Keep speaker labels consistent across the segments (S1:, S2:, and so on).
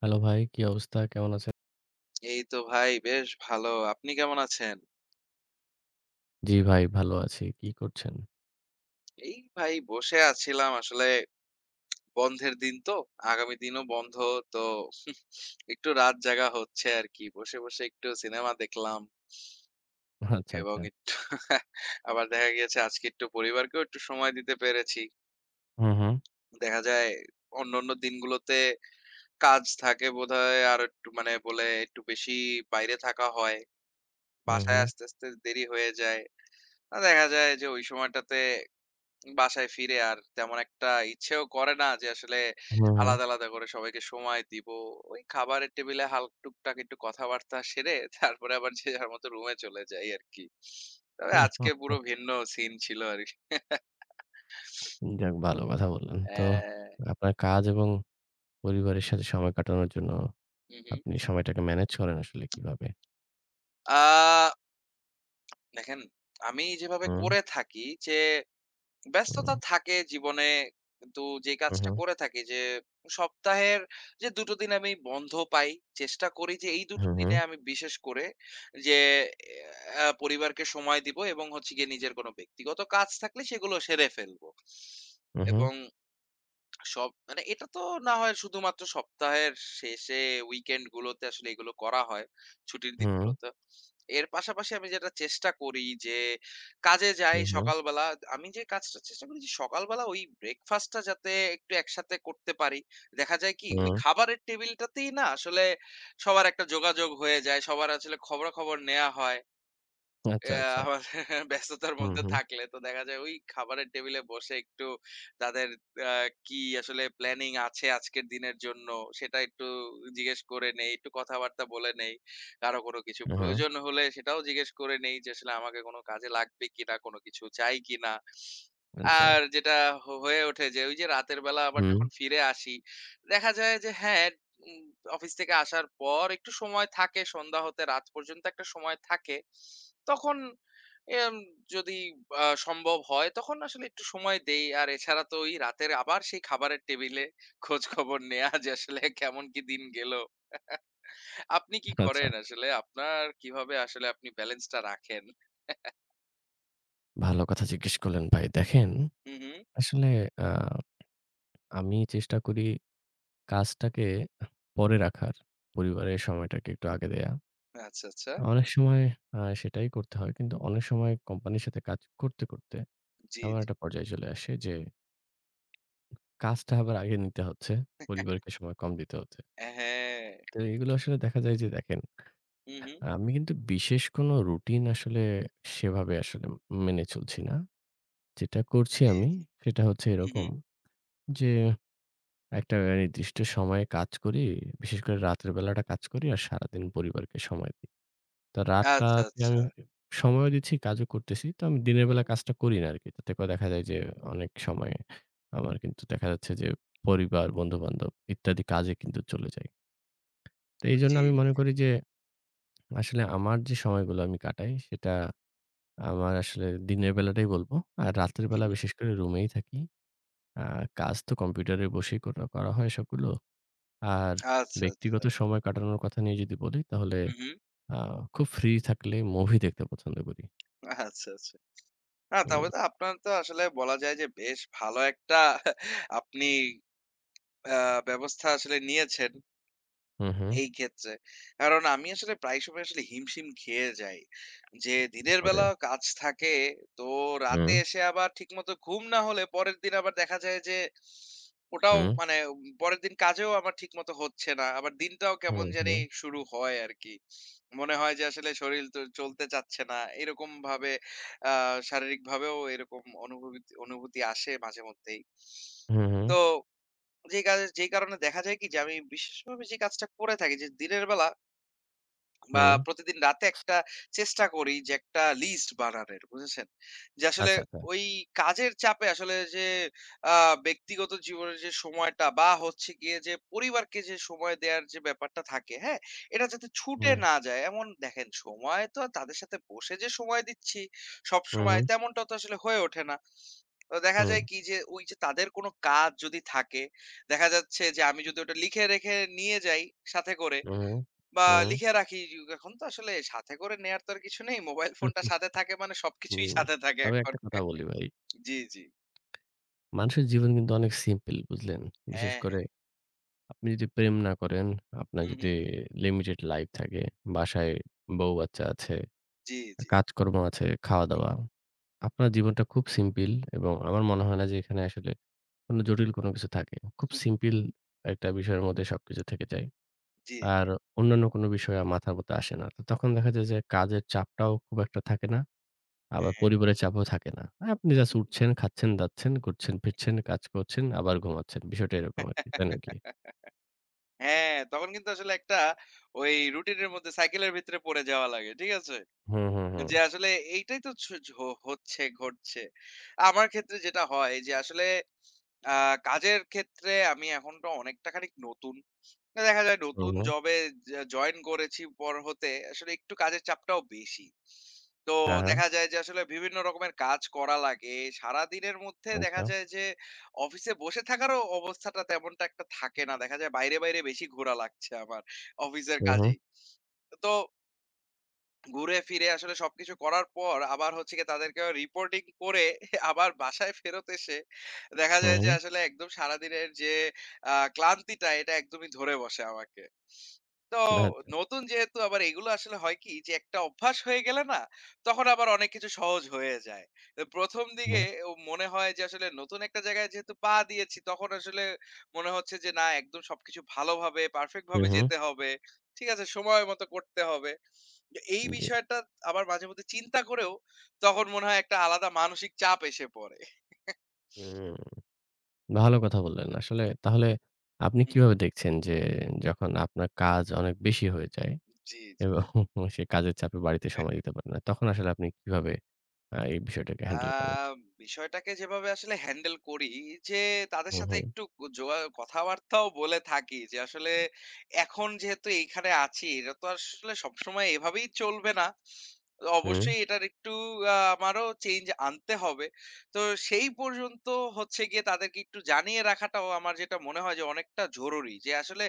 S1: Hello ভাই, কি অবস্থা? কেমন আছেন?
S2: এই তো ভাই বেশ ভালো। আপনি কেমন আছেন?
S1: জি ভাই, ভালো আছি। কি করছেন?
S2: এই ভাই বসে আছিলাম আসলে বন্ধের দিন তো। আগামী দিনও বন্ধ। তো একটু রাত জাগা হচ্ছে আরকি। বসে, বসে একটু সিনেমা দেখলাম
S1: আচ্ছা,
S2: এবং
S1: আচ্ছা।
S2: একটু আবার দেখা গিয়েছে আজকে একটু পরিবারকেও একটু সময় দিতে পেরেছি।
S1: হু, হু,
S2: দেখা যায় অন্যান্য দিনগুলোতে কাজ থাকে বোধহয় আর একটু মানে বলে একটু বেশি বাইরে থাকা হয়।
S1: হু, হু,
S2: বাসায় আসতে দেরি হয়ে যায়। দেখা যায় যে ওই সময়টাতে বাসায় ফিরে আর তেমন একটা ইচ্ছেও করে না যে আসলে
S1: হু, হু।
S2: আলাদা আলাদা করে সবাইকে সময় দিব। ওই খাবারের টেবিলে হাল টুকটাক একটু কথাবার্তা সেরে তারপরে আবার যে যার মতো রুমে চলে যাই আরকি। তবে আজকে পুরো ভিন্ন সিন ছিল আরকি।
S1: যাক ভালো কথা বললেন। তো
S2: হ্যাঁ।
S1: আপনার কাজ এবং পরিবারের সাথে সময় কাটানোর জন্য
S2: হু, হু।
S1: আপনি সময়টাকে ম্যানেজ করেন আসলে কিভাবে?
S2: আ দেখেন আমি যেভাবে
S1: হুম,
S2: করে থাকি যে
S1: হুম,
S2: ব্যস্ততা থাকে জীবনে কিন্তু যে কাজটা
S1: উহু,
S2: করে থাকি যে সপ্তাহের যে দুটো দিন আমি বন্ধ পাই চেষ্টা করি যে এই দুটো দিনে
S1: উহু,
S2: আমি বিশেষ করে যে পরিবারকে সময় দিব এবং হচ্ছে গিয়ে নিজের কোনো ব্যক্তিগত কাজ থাকলে সেগুলো সেরে ফেলবো
S1: উহু,
S2: এবং সব মানে এটা তো না হয় শুধুমাত্র সপ্তাহের শেষে উইকেন্ড গুলোতে আসলে এগুলো করা হয় ছুটির
S1: হুম,
S2: দিনগুলোতে। এর পাশাপাশি আমি যেটা চেষ্টা করি যে কাজে যাই
S1: উহু, হুম।
S2: সকালবেলা। আমি যে কাজটা চেষ্টা করি যে সকালবেলা ওই ব্রেকফাস্টটা যাতে একটু একসাথে করতে পারি। দেখা যায় কি
S1: হুম হুম
S2: ওই
S1: হুম।
S2: খাবারের টেবিলটাতেই না আসলে সবার একটা যোগাযোগ হয়ে যায়। সবার আসলে খবরাখবর নেয়া হয়।
S1: আচ্ছা, আচ্ছা।
S2: আমাদের ব্যস্ততার
S1: হুম,
S2: মধ্যে
S1: হুম,
S2: থাকলে তো দেখা যায় ওই খাবারের টেবিলে বসে একটু তাদের আ কি আসলে প্ল্যানিং আছে আজকের দিনের জন্য সেটা একটু জিজ্ঞেস করে নেই, একটু কথাবার্তা বলে নেই। কারো কোনো কিছু
S1: উহু,
S2: প্রয়োজন হলে সেটাও জিজ্ঞেস করে নেই যে আসলে আমাকে কোনো কাজে লাগবে কিনা, কোনো কিছু চাই কিনা।
S1: আচ্ছা।
S2: আর যেটা হয়ে ওঠে যে ওই যে রাতের বেলা আবার
S1: হুম,
S2: যখন ফিরে আসি, দেখা যায় যে হ্যাঁ, উম অফিস থেকে আসার পর একটু সময় থাকে সন্ধ্যা হতে রাত পর্যন্ত একটা সময় থাকে। তখন এম যদি সম্ভব হয় তখন আসলে একটু সময় দেই। আর এছাড়া তো ওই রাতের আবার সেই খাবারের টেবিলে খোঁজখবর নেয়া যে আসলে কেমন কি দিন গেল। আপনি কি
S1: আচ্ছা।
S2: করেন আসলে? আপনার কিভাবে আসলে আপনি ব্যালেন্সটা রাখেন?
S1: ভালো কথা জিজ্ঞেস করলেন ভাই। দেখেন
S2: হু, হু।
S1: আসলে আ আমি চেষ্টা করি কাজটাকে পরে রাখার, পরিবারের সময়টাকে একটু আগে দেয়া।
S2: আচ্ছা, আচ্ছা।
S1: অনেক আচ্ছা। সময় সেটাই করতে হয়। কিন্তু অনেক সময় কোম্পানির সাথে কাজ করতে
S2: জি,
S1: এমন
S2: জি।
S1: একটা পর্যায়ে চলে আসে যে কাজটা আবার আগে নিতে হচ্ছে, পরিবারকে সময় কম দিতে হচ্ছে।
S2: হ্যাঁ।
S1: তো এগুলো আসলে দেখা যায় যে দেখেন,
S2: হুম, হুম।
S1: আমি কিন্তু বিশেষ কোনো রুটিন আসলে সেভাবে আসলে মেনে চলছি না। যেটা করছি
S2: জি,
S1: আমি
S2: জি।
S1: সেটা হচ্ছে
S2: হুম,
S1: এরকম
S2: হুম।
S1: যে একটা নির্দিষ্ট সময়ে কাজ করি, বিশেষ করে রাতের বেলাটা কাজ করি আর সারাদিন পরিবারকে সময় দিই। তো
S2: আচ্ছা,
S1: রাতটাতে
S2: আচ্ছা।
S1: আমি সময়ও দিচ্ছি, কাজও করতেছি। তো আমি দিনের
S2: হুম,
S1: বেলা
S2: হুম।
S1: কাজটা করি না আরকি। তাতে করে দেখা যায় যে অনেক সময় আমার কিন্তু দেখা যাচ্ছে যে পরিবার, বন্ধু-বান্ধব ইত্যাদি কাজে কিন্তু চলে যায়। তো এইজন্য
S2: জি,
S1: আমি মনে
S2: জি।
S1: করি যে আসলে আমার যে সময়গুলো আমি কাটাই সেটা আমার আসলে দিনের বেলাটাই বলবো। আর রাতের
S2: হুম,
S1: বেলা
S2: হুম।
S1: বিশেষ করে রুমেই থাকি। আ কাজ তো কম্পিউটারে বসেই করা করা হয় সবগুলো। আর
S2: আচ্ছা, আচ্ছা।
S1: ব্যক্তিগত সময় কাটানোর কথা নিয়ে যদি বলি তাহলে
S2: হুম, হুম।
S1: আ খুব ফ্রি থাকলে মুভি দেখতে পছন্দ করি।
S2: আচ্ছা, আচ্ছা। না
S1: হুম।
S2: তারপরে তো আপনার তো আসলে বলা যায় যে বেশ ভালো একটা আপনি আ ব্যবস্থা আসলে নিয়েছেন।
S1: হুম, হুম।
S2: এই ক্ষেত্রে। কারণ আমি আসলে প্রায় সময় আসলে হিমশিম খেয়ে যাই। যে দিনের
S1: ধরে।
S2: বেলা কাজ থাকে, তো রাতে
S1: হুম,
S2: এসে আবার ঠিকমতো ঘুম না হলে পরের দিন আবার দেখা যায় যে ওটাও
S1: হুম,
S2: মানে পরের দিন কাজেও আমার ঠিকমতো হচ্ছে না। আবার দিনটাও কেমন
S1: হুম,
S2: জানি
S1: হুম,
S2: শুরু হয় আরকি। মনে হয় যে আসলে শরীর তো চলতে চাচ্ছে না। এরকমভাবে আ শারীরিকভাবেও এরকম অনুভূতি অনুভূতি আসে মাঝেমধ্যেই।
S1: হুম, হুম,
S2: তো যে কাজে যেই কারণে দেখা যায় কি যে আমি বিশেষভাবে যে কাজটা করে থাকি যে দিনের বেলা বা
S1: হুম।
S2: প্রতিদিন রাতে একটা চেষ্টা করি যে একটা লিস্ট বানানোর বুঝেছেন যে আসলে
S1: আচ্ছা, আচ্ছা।
S2: ওই কাজের চাপে আসলে যে ব্যক্তিগত জীবনের যে সময়টা বা হচ্ছে গিয়ে যে পরিবারকে যে সময় দেওয়ার যে ব্যাপারটা থাকে হ্যাঁ এটা যাতে ছুটে
S1: হুম,
S2: না যায় এমন দেখেন সময় তো আর তাদের সাথে বসে যে সময় দিচ্ছি সব
S1: হুম,
S2: সময়
S1: হুম,
S2: তেমনটা তো আসলে হয়ে ওঠে না তো দেখা যায় কি যে ওই যে তাদের কোনো কাজ যদি থাকে, দেখা যাচ্ছে যে আমি যদি ওটা লিখে রেখে নিয়ে যাই সাথে করে
S1: হুম,
S2: বা
S1: হুম,
S2: লিখে রাখি যুগ এখন তো আসলে সাথে করে নেয়ার তো আর কিছু নেই। মোবাইল
S1: হুম,
S2: ফোনটা সাথে থাকে মানে সবকিছুই
S1: হুম।
S2: সাথে থাকে
S1: তবে
S2: এখন।
S1: একটা কথা বলি ভাই,
S2: জি, জি।
S1: মানুষের জীবন কিন্তু অনেক সিম্পল বুঝলেন? বিশেষ
S2: হ্যাঁ,
S1: করে
S2: হ্যাঁ।
S1: আপনি যদি প্রেম না করেন, আপনার
S2: হু, হু।
S1: যদি লিমিটেড লাইফ থাকে, বাসায় বউ-বাচ্চা আছে,
S2: জি, জি।
S1: কাজকর্ম আছে,
S2: হুম,
S1: খাওয়া-দাওয়া। আপনার জীবনটা খুব সিম্পল এবং আমার মনে হয় না যে এখানে আসলে কোনো জটিল কোনো কিছু থাকে। খুব
S2: হুম।
S1: সিম্পল একটা বিষয়ের মধ্যে সবকিছু থেকে যায়।
S2: জি,
S1: আর অন্যান্য কোনো বিষয় আর মাথার মধ্যে আসে না। তো তখন দেখা যায় যে কাজের চাপটাও খুব একটা থাকে না। আবার
S2: হ্যাঁ।
S1: পরিবারের চাপও থাকে না। আপনি জাস্ট উঠছেন, খাচ্ছেন, দাচ্ছেন, ঘুরছেন, ফিরছেন, কাজ করছেন, আবার ঘুমাচ্ছেন। বিষয়টা এরকম আরকি। তাই নাকি?
S2: হ্যাঁ, তখন কিন্তু আসলে একটা ওই রুটিনের মধ্যে সাইকেলের ভিতরে পড়ে যাওয়া লাগে। ঠিক আছে?
S1: হুম, হুম, হুম।
S2: যে আসলে এইটাই তো ছ ঝ হচ্ছে, ঘটছে। আমার ক্ষেত্রে যেটা হয় যে আসলে আ কাজের ক্ষেত্রে আমি এখন তো অনেকটা খানিক নতুন। তো দেখা যায়
S1: হুম,
S2: নতুন
S1: হুম।
S2: জবে জয়েন করেছি পর হতে আসলে একটু কাজের চাপটাও বেশি। তো
S1: হ্যাঁ, হ্যাঁ।
S2: দেখা যায় যে আসলে বিভিন্ন রকমের কাজ করা লাগে। সারাদিনের মধ্যে
S1: আচ্ছা।
S2: দেখা যায় যে অফিসে বসে থাকারও অবস্থাটা তেমনটা একটা থাকে না। দেখা যায় বাইরে, বাইরে বেশি ঘোরা লাগছে আমার অফিসের
S1: হুম, হুম।
S2: কাজেই। তো ঘুরে ফিরে আসলে সবকিছু করার পর আবার হচ্ছে গিয়ে তাদেরকে রিপোর্টিং করে আবার বাসায় ফেরত এসে দেখা
S1: হুম,
S2: যায় যে
S1: হুম।
S2: আসলে একদম সারাদিনের যে ক্লান্তিটা এটা একদমই ধরে বসে আমাকে তো
S1: আচ্ছা।
S2: নতুন যেহেতু আবার এগুলো আসলে হয় কি যে একটা অভ্যাস হয়ে গেলে না তখন আবার অনেক কিছু সহজ হয়ে যায়। তো ১ম দিকে
S1: হুম,
S2: ও মনে হয় যে আসলে নতুন একটা জায়গায় যেহেতু পা দিয়েছি তখন আসলে মনে হচ্ছে যে না একদম সবকিছু ভালোভাবে পারফেক্ট
S1: হুম,
S2: ভাবে
S1: হুম।
S2: যেতে হবে। ঠিক আছে? সময় মতো করতে হবে। যে এই
S1: জি।
S2: বিষয়টা আবার মাঝে মধ্যে চিন্তা করেও তখন মনে হয় একটা আলাদা মানসিক চাপ এসে পড়ে।
S1: হুম। ভালো কথা বললেন। আসলে তাহলে আপনি
S2: হুম,
S1: কিভাবে দেখছেন যে যখন আপনার কাজ অনেক বেশি হয়ে যায়
S2: জি, জি।
S1: এবং সে কাজের চাপে বাড়িতে সময় দিতে পারেন না, তখন আসলে আপনি কিভাবে এই বিষয়টাকে
S2: আ
S1: হ্যান্ডেল করেন।
S2: বিষয়টাকে যেভাবে আসলে হ্যান্ডেল করি যে তাদের
S1: হুম,
S2: সাথে
S1: হুম,
S2: একটু কথাবার্তাও বলে থাকি যে আসলে এখন যেহেতু এইখানে আছি এটা তো আসলে সবসময় এভাবেই চলবে না। তো
S1: হুম,
S2: অবশ্যই এটার একটু আমারও চেঞ্জ আনতে হবে। তো সেই পর্যন্ত হচ্ছে গিয়ে তাদেরকে একটু জানিয়ে রাখাটাও আমার যেটা মনে হয় যে অনেকটা জরুরি। যে আসলে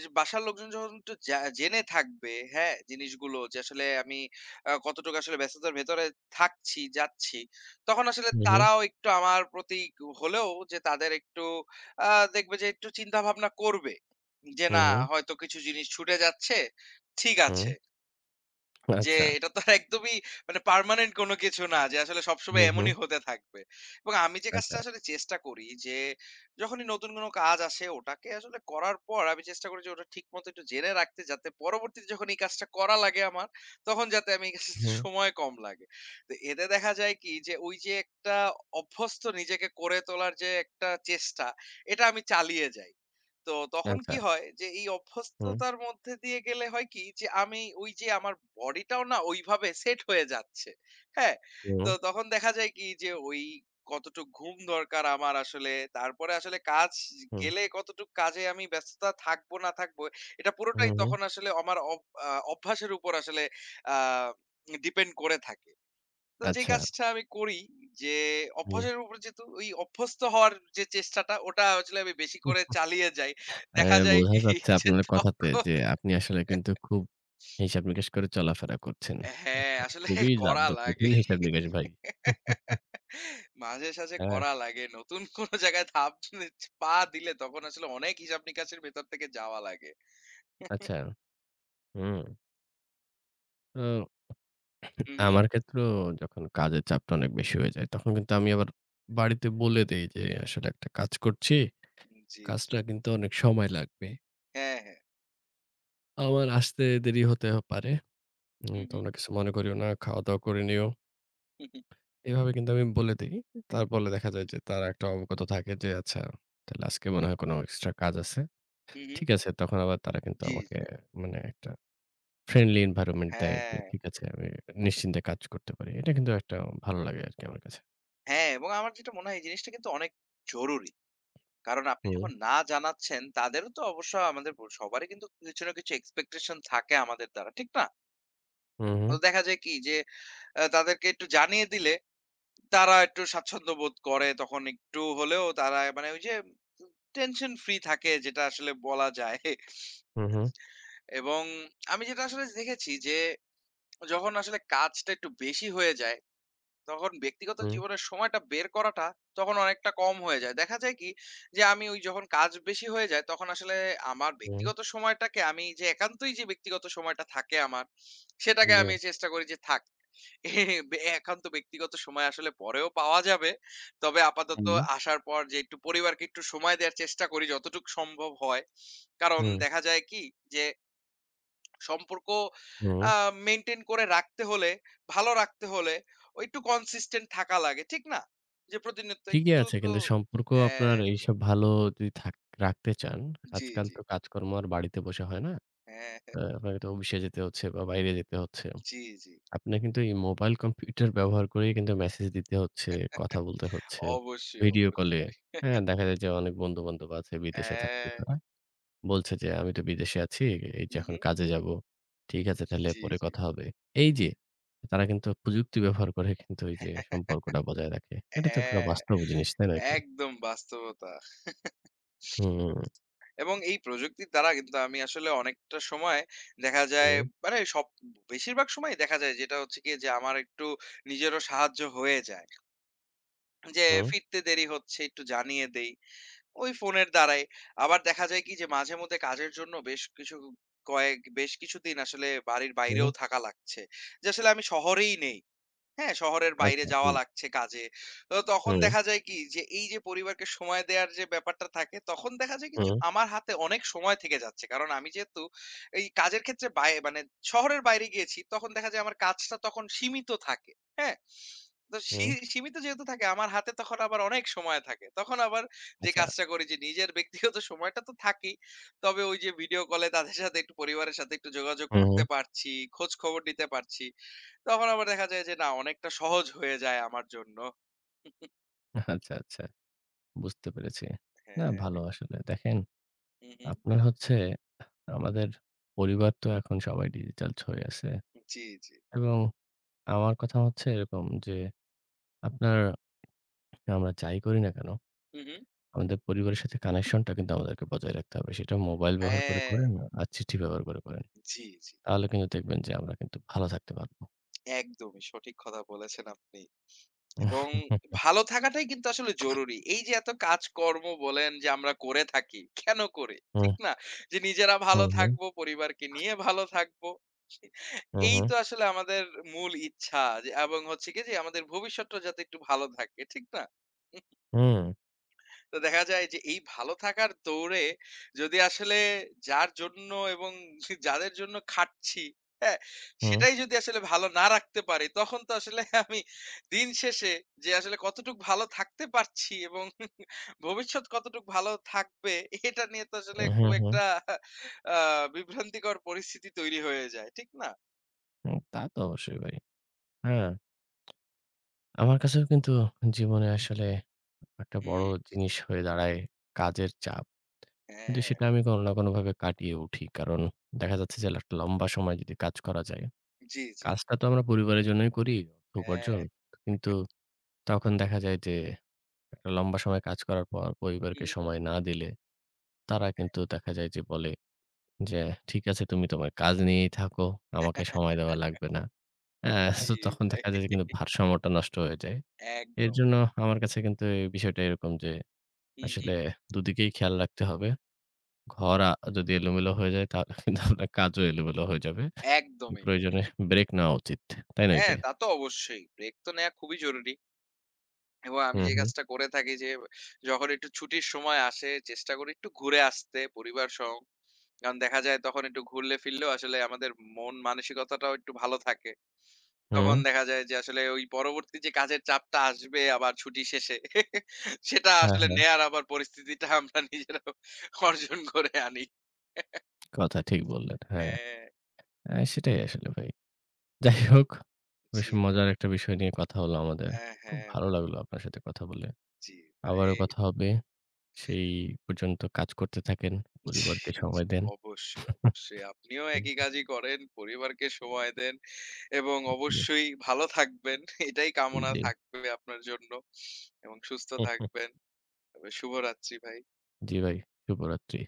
S2: যে বাসার লোকজন যখন একটু জেনে থাকবে, হ্যাঁ? জিনিসগুলো যে আসলে আমি কতটুকু আসলে ব্যস্ততার ভেতরে থাকছি, যাচ্ছি। তখন আসলে
S1: হুম, হুম,
S2: তারাও একটু আমার প্রতি হলেও যে তাদের একটু দেখবে যে একটু চিন্তা ভাবনা করবে যে
S1: হুম,
S2: না
S1: হুম,
S2: হয়তো কিছু জিনিস ছুটে যাচ্ছে ঠিক
S1: হুম।
S2: আছে যে
S1: আচ্ছা।
S2: এটা তো আর একদমই মানে পার্মানেন্ট কোনো কিছু না যে আসলে সবসময়
S1: হুম, হুম,
S2: এমনই হতে থাকবে। এবং আমি যে
S1: আচ্ছা।
S2: কাজটা আসলে চেষ্টা করি যে যখনই নতুন কোনো কাজ আসে ওটাকে আসলে করার পর আমি চেষ্টা করি যে ওটা ঠিকমতো একটু জেনে রাখতে যাতে পরবর্তীতে যখন এই কাজটা করা লাগে আমার তখন যাতে আমি এই কাজটাতে
S1: হুম,
S2: সময় কম লাগে। তো এতে দেখা যায় কি যে ওই যে একটা অভ্যস্ত নিজেকে করে তোলার যে একটা চেষ্টা এটা আমি চালিয়ে যাই। তো তখন
S1: আচ্ছা।
S2: কি হয় যে এই
S1: হুম,
S2: অভ্যস্ততার মধ্যে দিয়ে গেলে হয় কি যে আমি ওই যে আমার বডিটাও না ওইভাবে সেট হয়ে যাচ্ছে হ্যাঁ
S1: হুম,
S2: তো তখন দেখা যায় কি যে ওই কতটুক ঘুম দরকার আমার আসলে তারপরে আসলে কাজ
S1: হুম,
S2: গেলে কতটুক কাজে আমি ব্যস্ততা থাকবো না থাকবো এটা
S1: হুম,
S2: পুরোটাই
S1: হুম,
S2: তখন আসলে আমার অভ্যাসের উপর আসলে আহ ডিপেন্ড করে থাকে তো যে
S1: আচ্ছা।
S2: কাজটা আমি করি যে
S1: হুম,
S2: অভ্যাসের উপর যেহেতু ওই অভ্যস্ত হওয়ার যে চেষ্টাটা ওটা আসলে আমি বেশি
S1: উহ
S2: করে চালিয়ে যাই।
S1: অ্যা
S2: দেখা যায়
S1: বোঝা
S2: কি
S1: যাচ্ছে
S2: যে
S1: আপনার কথাতে
S2: তখন
S1: যে আপনি আসলে কিন্তু খুব হিসাব নিকাশ করে চলাফেরা করছেন।
S2: হ্যাঁ, আসলে
S1: খুবই
S2: করা
S1: জাদ্য
S2: লাগে।
S1: কঠিন হিসাব নিকাশ ভাই।
S2: মাঝে সাঝে
S1: হ্যাঁ,
S2: করা লাগে। নতুন কোন জায়গায় ধাপ পা দিলে তখন আসলে অনেক হিসাব নিকাশের ভেতর থেকে যাওয়া লাগে।
S1: আচ্ছা। হুম। তো
S2: হু, হু।
S1: আমার ক্ষেত্রেও যখন কাজের চাপটা অনেক বেশি হয়ে যায়, তখন কিন্তু আমি আবার বাড়িতে বলে দেই যে আসলে একটা কাজ করছি।
S2: জি, জি।
S1: কাজটা কিন্তু অনেক সময় লাগবে।
S2: হ্যাঁ, হ্যাঁ।
S1: আমার আসতে দেরি হতে পারে।
S2: হু, হু,
S1: তোমরা কিছু মনে করিও না, খাওয়া-দাওয়া করে নিও।
S2: হু, হু,
S1: এভাবে কিন্তু আমি বলে দেই। তার বলে দেখা যায় যে তারা একটা অবগত থাকে যে আচ্ছা তাহলে আজকে মনে হয় কোনো এক্সট্রা কাজ আছে।
S2: হু, হু।
S1: ঠিক আছে তখন আবার তারা কিন্তু
S2: জি,
S1: আমাকে
S2: জি।
S1: মানে একটা ফ্রেন্ডলি এনভায়রনমেন্ট দেয় যে
S2: হ্যাঁ,
S1: ঠিক আছে আমি নিশ্চিন্তে কাজ করতে পারি। এটা কিন্তু একটা ভালো লাগে আরকি আমার কাছে।
S2: হ্যাঁ এবং আমার যেটা মনে হয় এই জিনিসটা কিন্তু অনেক জরুরি। কারণ আপনি
S1: হুম,
S2: যখন না জানাচ্ছেন তাদেরও তো অবশ্য আমাদের সবারই কিন্তু কিছু না কিছু এক্সপেকটেশন থাকে আমাদের দ্বারা, ঠিক না?
S1: হু, হু,
S2: তো দেখা যায় কি যে তাদেরকে একটু জানিয়ে দিলে তারা একটু স্বাচ্ছন্দ্য বোধ করে তখন একটু হলেও তারা মানে ওই যে টেনশন ফ্রি থাকে যেটা আসলে বলা যায়
S1: হু, হু,
S2: এবং আমি যেটা আসলে দেখেছি যে যখন আসলে কাজটা একটু বেশি হয়ে যায় তখন ব্যক্তিগত
S1: হু,
S2: জীবনের সময়টা বের করাটা তখন অনেকটা কম হয়ে যায়। দেখা যায় কি যে আমি ওই যখন কাজ বেশি হয়ে যায় তখন আসলে আমার
S1: হু,
S2: ব্যক্তিগত সময়টাকে আমি যে একান্তই যে ব্যক্তিগত সময়টা থাকে আমার সেটাকে
S1: জি।
S2: আমি চেষ্টা করি যে থাক। এ বে একান্ত ব্যক্তিগত সময় আসলে পরেও পাওয়া যাবে। তবে আপাতত
S1: হুম।
S2: আসার পর যে একটু পরিবারকে একটু সময় দেওয়ার চেষ্টা করি যতটুকু সম্ভব হয়। কারণ
S1: হুম,
S2: দেখা যায় কি যে সম্পর্ক
S1: হুম।
S2: আ মেইনটেইন করে রাখতে হলে, ভালো রাখতে হলে ও একটু consistent থাকা লাগে। ঠিক না? যে প্রতিনিয়ত
S1: ঠিকই
S2: একটু
S1: আছে
S2: তো
S1: কিন্তু সম্পর্ক আপনার
S2: হ্যাঁ,
S1: এইসব ভালো যদি থাক রাখতে চান,
S2: জি,
S1: আজকাল
S2: জি।
S1: তো কাজকর্ম আর বাড়িতে বসে হয় না।
S2: হ্যাঁ,
S1: তো
S2: হ্যাঁ।
S1: আপনাকে তো অফিসে যেতে হচ্ছে বা বাইরে যেতে হচ্ছে।
S2: জি, জি।
S1: আপনার কিন্তু এই মোবাইল কম্পিউটার ব্যবহার করেই কিন্তু মেসেজ দিতে হচ্ছে, কথা বলতে হচ্ছে,
S2: অবশ্যই,
S1: ভিডিও কলে।
S2: অবশ্যই।
S1: হ্যাঁ, দেখা যায় যে অনেক বন্ধু-বান্ধব আছে বিদেশে থাকতে
S2: হ্যাঁ।
S1: তারা। বলছে যে, "আমি তো বিদেশে আছি, এই যে
S2: হুম,
S1: এখন
S2: হুম।
S1: কাজে যাবো। ঠিক আছে তাহলে
S2: জি,
S1: পরে
S2: জি।
S1: কথা হবে।" এই যে তারা কিন্তু প্রযুক্তি ব্যবহার করে কিন্তু এই যে সম্পর্কটা বজায় রাখে। এটা তো একটা
S2: হ্যাঁ,
S1: বাস্তব জিনিস, তাই নয় কি?
S2: একদম বাস্তবতা।
S1: হুম,
S2: এবং এই প্রযুক্তির দ্বারা কিন্তু আমি আসলে অনেকটা সময় দেখা যায়
S1: হুম,
S2: মানে সব বেশিরভাগ সময়ই দেখা যায় যেটা হচ্ছে গিয়ে যে আমার একটু নিজেরও সাহায্য হয়ে যায়। যে
S1: হুম,
S2: ফিরতে দেরি হচ্ছে একটু জানিয়ে দেই। ওই ফোনের দ্বারাই। আবার দেখা যায় কি যে মাঝে মধ্যে কাজের জন্য বেশ কিছু কয়েক বেশ কিছুদিন আসলে বাড়ির
S1: হুম,
S2: বাইরেও থাকা লাগছে। যে আসলে আমি শহরেই নেই। হ্যাঁ, শহরের বাইরে
S1: আচ্ছা,
S2: যাওয়া
S1: হুম,
S2: লাগছে কাজে। তো তখন
S1: হুম,
S2: দেখা যায় কি যে এই যে পরিবারকে সময় দেয়ার যে ব্যাপারটা থাকে তখন দেখা যায় কি যে
S1: হুম,
S2: আমার হাতে অনেক সময় থেকে যাচ্ছে। কারণ আমি যেহেতু এই কাজের ক্ষেত্রে মানে শহরের বাইরে গিয়েছি তখন দেখা যায় আমার কাজটা তখন সীমিত থাকে। হ্যাঁ? তো সী
S1: হুম,
S2: সীমিত যেহেতু থাকে আমার হাতে তখন আবার অনেক সময় থাকে। তখন আবার যে
S1: আচ্ছা,
S2: কাজটা করি যে নিজের ব্যক্তিগত সময়টা তো থাকেই। তবে ওই যে ভিডিও কলে তাদের সাথে একটু পরিবারের সাথে একটু যোগাযোগ
S1: হুম, হুম,
S2: করতে পারছি, খোঁজ খবর নিতে পারছি। তখন আবার দেখা যায় যে না অনেকটা সহজ হয়ে যায় আমার জন্য।
S1: আচ্ছা, আচ্ছা, বুঝতে পেরেছি। না ভালো
S2: হ্যাঁ।
S1: আসলে। দেখেন
S2: হু, হু।
S1: আপনার হচ্ছে আমাদের পরিবার তো এখন সবাই ডিজিটাল হয়ে আছে
S2: জি, জি।
S1: এবং আমার কথা হচ্ছে এরকম যে আপনার আমরা যাই করি না কেন
S2: হু, হু।
S1: আমাদের পরিবারের সাথে কানেকশনটা কিন্তু আমাদেরকে বজায় রাখতে হবে। সেটা মোবাইল ব্যবহার করে
S2: হ্যাঁ,
S1: করেন আর চিঠি ব্যবহার করে করেন।
S2: জি, জি।
S1: তাহলে কিন্তু দেখবেন যে আমরা কিন্তু ভালো থাকতে পারব।
S2: একদমই সঠিক কথা বলেছেন আপনি। এবং ভালো থাকাটাই কিন্তু আসলে জরুরি। এই যে এত কাজকর্ম বলেন যে আমরা করে থাকি, কেন করি?
S1: হুম,
S2: ঠিক না? যে নিজেরা ভালো
S1: হুম, হুম,
S2: থাকবো, পরিবারকে নিয়ে ভালো থাকবো।
S1: হুম,
S2: এই
S1: হুম।
S2: তো আসলে আমাদের মূল ইচ্ছা যে এবং হচ্ছে কি যে আমাদের ভবিষ্যৎটা যাতে একটু ভালো থাকে। ঠিক না?
S1: হুম
S2: তো দেখা যায় যে এই ভালো থাকার দৌড়ে যদি আসলে যার জন্য এবং যাদের জন্য খাটছি, হ্যাঁ?
S1: হুম,
S2: সেটাই যদি আসলে ভালো না রাখতে পারি, তখন তো আসলে আমি দিন শেষে যে আসলে কতটুক ভালো থাকতে পারছি এবং ভবিষ্যৎ কতটুক ভালো থাকবে, এটা নিয়ে তো আসলে খুব
S1: হুম, হুম।
S2: একটা আ বিভ্রান্তিকর পরিস্থিতি তৈরি হয়ে যায়। ঠিক না?
S1: তা তো অবশ্যই ভাই। হ্যাঁ, আমার কাছেও কিন্তু জীবনে আসলে একটা বড়
S2: হুম,
S1: জিনিস হয়ে দাঁড়ায় কাজের চাপ। কিন্তু
S2: হ্যাঁ।
S1: সেটা আমি কোনো না কোনোভাবে কাটিয়ে উঠি। কারণ দেখা যাচ্ছে যে একটা লম্বা সময় যদি কাজ করা যায়,
S2: জি, জি।
S1: কাজটা তো আমরা পরিবারের জন্যই করি, অর্থ উপার্জন।
S2: হ্যাঁ।
S1: কিন্তু তখন দেখা যায় যে একটা লম্বা সময় কাজ করার পর পরিবারকে
S2: হুম।
S1: সময় না দিলে তারা কিন্তু দেখা যায় যে বলে যে, "ঠিক আছে তুমি তোমার কাজ নিয়েই থাকো, আমাকে সময় দেওয়া লাগবে না।" হ্যাঁ,
S2: জি
S1: তো তখন
S2: ভাই।
S1: দেখা যায় যে কিন্তু ভারসাম্যটা নষ্ট হয়ে যায়। এর
S2: একদমই।
S1: জন্য আমার কাছে কিন্তু এই বিষয়টা এরকম যে
S2: হুম,
S1: আসলে
S2: হুম।
S1: দুদিকেই খেয়াল রাখতে হবে। ঘর যদি এলোমেলো হয়ে যায় তাহলে কিন্তু আপনার কাজও এলোমেলো হয়ে যাবে।
S2: একদমই।
S1: প্রয়োজনে ব্রেক নেওয়া উচিত। তাই নয়
S2: হ্যাঁ,
S1: কি?
S2: তা তো অবশ্যই। ব্রেক তো নেয়া খুবই জরুরি। এবং আমি
S1: হুম,
S2: যে
S1: হুম,
S2: কাজটা করে থাকি যে, যখন একটু ছুটির সময় আসে চেষ্টা করি একটু ঘুরে আসতে পরিবার সহ। কারণ দেখা যায় তখন একটু ঘুরলে ফিরলেও আসলে আমাদের মন মানসিকতাটাও একটু ভালো থাকে।
S1: হুম।
S2: তখন দেখা যায় যে আসলে ওই পরবর্তী যে কাজের চাপটা আসবে আবার ছুটি শেষে সেটা
S1: হ্যাঁ,
S2: আসলে
S1: হ্যাঁ।
S2: নেয়ার আবার পরিস্থিতিটা আমরা নিজেরাও অর্জন করে আনি।
S1: কথা ঠিক বললেন। হ্যাঁ,
S2: হ্যাঁ,
S1: সেটাই আসলে ভাই। যাই হোক, বেশ
S2: জি ভাই।
S1: মজার একটা বিষয় নিয়ে কথা হলো আমাদের।
S2: হ্যাঁ,
S1: খুব
S2: হ্যাঁ,
S1: ভালো লাগলো আপনার সাথে কথা বলে।
S2: জি
S1: আবারও
S2: ভাই।
S1: কথা হবে। সেই পর্যন্ত কাজ করতে থাকেন,
S2: জি,
S1: পরিবারকে
S2: জি।
S1: সময় দেন।
S2: অবশ্যই, অবশ্যই। আপনিও একই
S1: জি,
S2: কাজই করেন, পরিবারকে সময় দেন এবং অবশ্যই ভালো থাকবেন। এটাই কামনা
S1: জি।
S2: থাকবে আপনার জন্য এবং সুস্থ
S1: হুম, হুম।
S2: থাকবেন। তবে শুভরাত্রি ভাই।
S1: জি ভাই, শুভরাত্রি।